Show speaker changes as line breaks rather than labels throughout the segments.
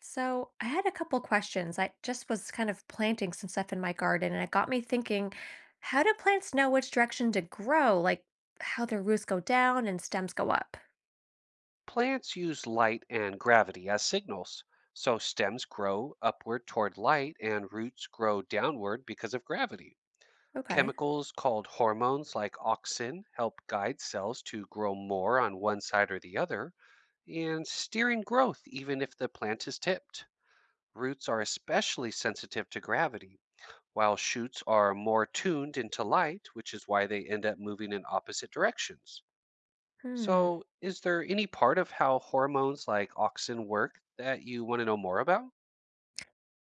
So, I had a couple questions. I just was kind of planting some stuff in my garden, and it got me thinking, how do plants know which direction to grow? Like how their roots go down and stems go up?
Plants use light and gravity as signals, so stems grow upward toward light and roots grow downward because of gravity.
Okay.
Chemicals called hormones like auxin help guide cells to grow more on one side or the other and steering growth even if the plant is tipped. Roots are especially sensitive to gravity, while shoots are more tuned into light, which is why they end up moving in opposite directions.
Hmm.
So, is there any part of how hormones like auxin work that you want to know more about?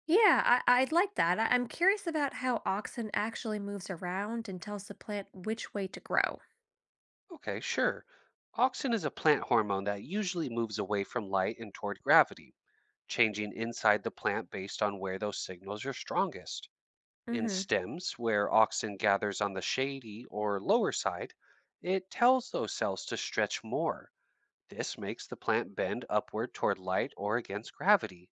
Yeah, I'd like that. I'm curious about how oxen actually moves around and tells the plant which way to grow.
Okay, sure. Auxin is a plant hormone that usually moves away from light and toward gravity, changing inside the plant based on where those signals are strongest. In
Mm-hmm.
stems, where auxin gathers on the shady or lower side, it tells those cells to stretch more. This makes the plant bend upward toward light or against gravity.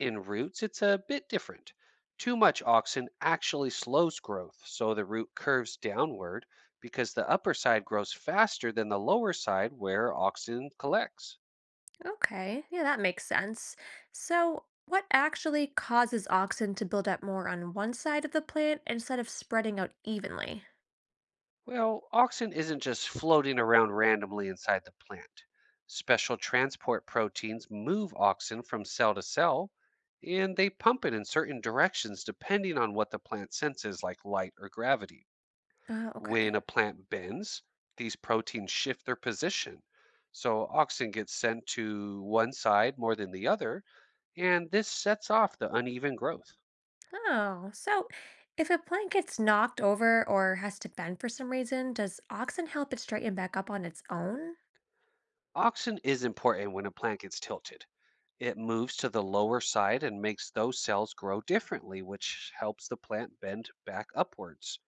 In roots, it's a bit different. Too much auxin actually slows growth, so the root curves downward because the upper side grows faster than the lower side where auxin collects.
Okay. Yeah, that makes sense. So, what actually causes oxen to build up more on one side of the plant instead of spreading out evenly?
Well, auxin isn't just floating around randomly inside the plant. Special transport proteins move auxin from cell to cell, and they pump it in certain directions depending on what the plant senses, like light or gravity.
Okay.
When a plant bends, these proteins shift their position. So oxygen gets sent to one side more than the other, and this sets off the uneven growth.
Oh, so if a plant gets knocked over or has to bend for some reason, does oxen help it straighten back up on its own?
Oxygen is important when a plant gets tilted. It moves to the lower side and makes those cells grow differently, which helps the plant bend back upwards.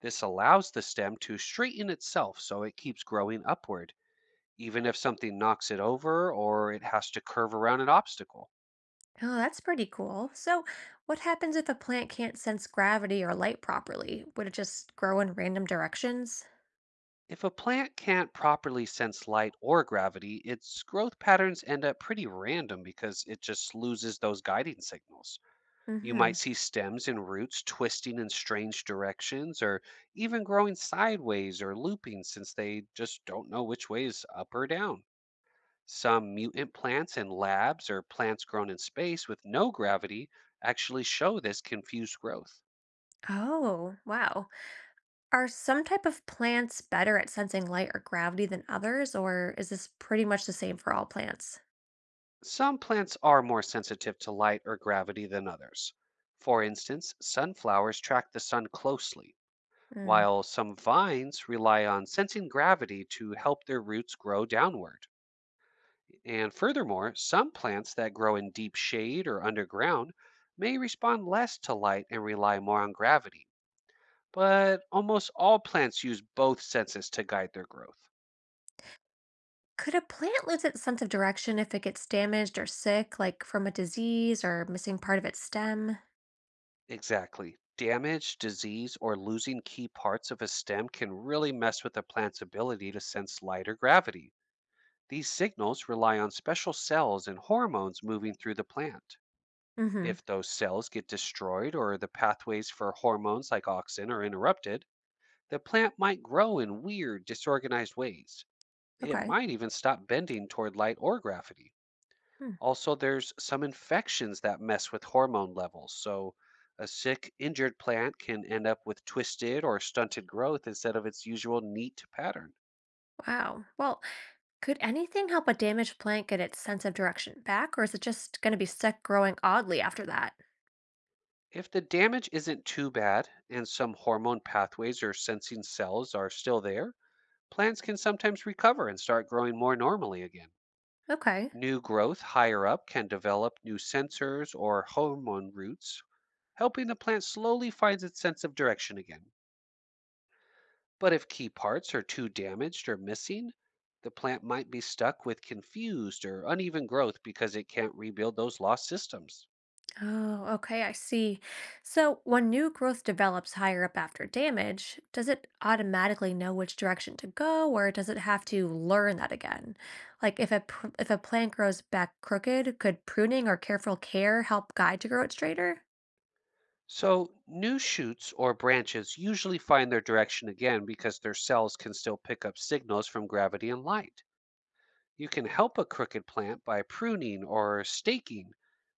This allows the stem to straighten itself so it keeps growing upward, even if something knocks it over or it has to curve around an obstacle.
Oh, that's pretty cool. So, what happens if a plant can't sense gravity or light properly? Would it just grow in random directions?
If a plant can't properly sense light or gravity, its growth patterns end up pretty random because it just loses those guiding signals. You
Mm-hmm.
might see stems and roots twisting in strange directions or even growing sideways or looping since they just don't know which way is up or down. Some mutant plants in labs or plants grown in space with no gravity actually show this confused growth.
Oh, wow. Are some type of plants better at sensing light or gravity than others, or is this pretty much the same for all plants?
Some plants are more sensitive to light or gravity than others. For instance, sunflowers track the sun closely,
Hmm.
while some vines rely on sensing gravity to help their roots grow downward. And furthermore, some plants that grow in deep shade or underground may respond less to light and rely more on gravity. But almost all plants use both senses to guide their growth.
Could a plant lose its sense of direction if it gets damaged or sick, like from a disease or missing part of its stem?
Exactly. Damage, disease, or losing key parts of a stem can really mess with a plant's ability to sense light or gravity. These signals rely on special cells and hormones moving through the plant.
Mm-hmm.
If those cells get destroyed or the pathways for hormones like auxin are interrupted, the plant might grow in weird, disorganized ways. It
Okay.
might even stop bending toward light or gravity.
Hmm.
Also, there's some infections that mess with hormone levels. So, a sick, injured plant can end up with twisted or stunted growth instead of its usual neat pattern.
Wow. Well, could anything help a damaged plant get its sense of direction back, or is it just going to be stuck growing oddly after that?
If the damage isn't too bad and some hormone pathways or sensing cells are still there, plants can sometimes recover and start growing more normally again.
Okay.
New growth higher up can develop new sensors or hormone roots, helping the plant slowly find its sense of direction again. But if key parts are too damaged or missing, the plant might be stuck with confused or uneven growth because it can't rebuild those lost systems.
Oh, okay, I see. So when new growth develops higher up after damage, does it automatically know which direction to go, or does it have to learn that again? Like if a plant grows back crooked, could pruning or careful care help guide to grow it straighter?
So, new shoots or branches usually find their direction again because their cells can still pick up signals from gravity and light. You can help a crooked plant by pruning or staking,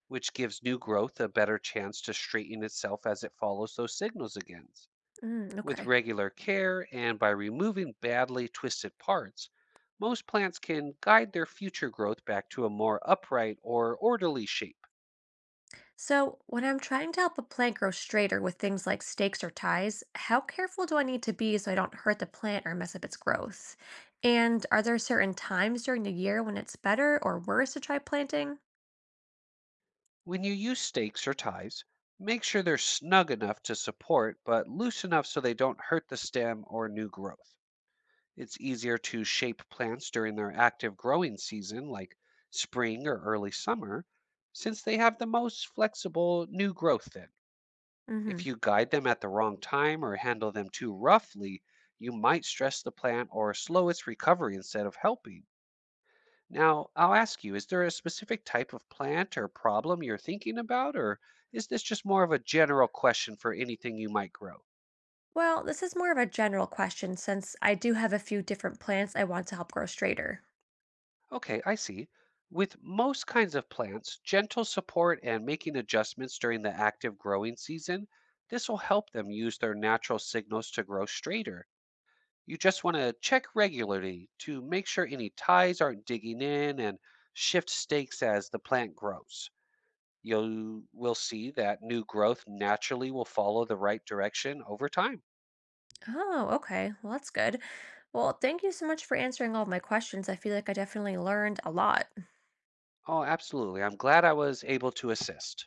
which gives new growth a better chance to straighten itself as it follows those signals again.
Mm,
With
okay.
regular care and by removing badly twisted parts, most plants can guide their future growth back to a more upright or orderly shape.
So when I'm trying to help a plant grow straighter with things like stakes or ties, how careful do I need to be so I don't hurt the plant or mess up its growth? And are there certain times during the year when it's better or worse to try planting?
When you use stakes or ties, make sure they're snug enough to support but loose enough so they don't hurt the stem or new growth. It's easier to shape plants during their active growing season, like spring or early summer, since they have the most flexible new growth then.
Hmm.
If you guide them at the wrong time or handle them too roughly, you might stress the plant or slow its recovery instead of helping. Now, I'll ask you, is there a specific type of plant or problem you're thinking about, or is this just more of a general question for anything you might grow?
Well, this is more of a general question since I do have a few different plants I want to help grow straighter.
Okay, I see. With most kinds of plants, gentle support and making adjustments during the active growing season, this will help them use their natural signals to grow straighter. You just want to check regularly to make sure any ties aren't digging in and shift stakes as the plant grows. You will see that new growth naturally will follow the right direction over time.
Oh, okay. Well, that's good. Well, thank you so much for answering all of my questions. I feel like I definitely learned a lot.
Oh, absolutely. I'm glad I was able to assist.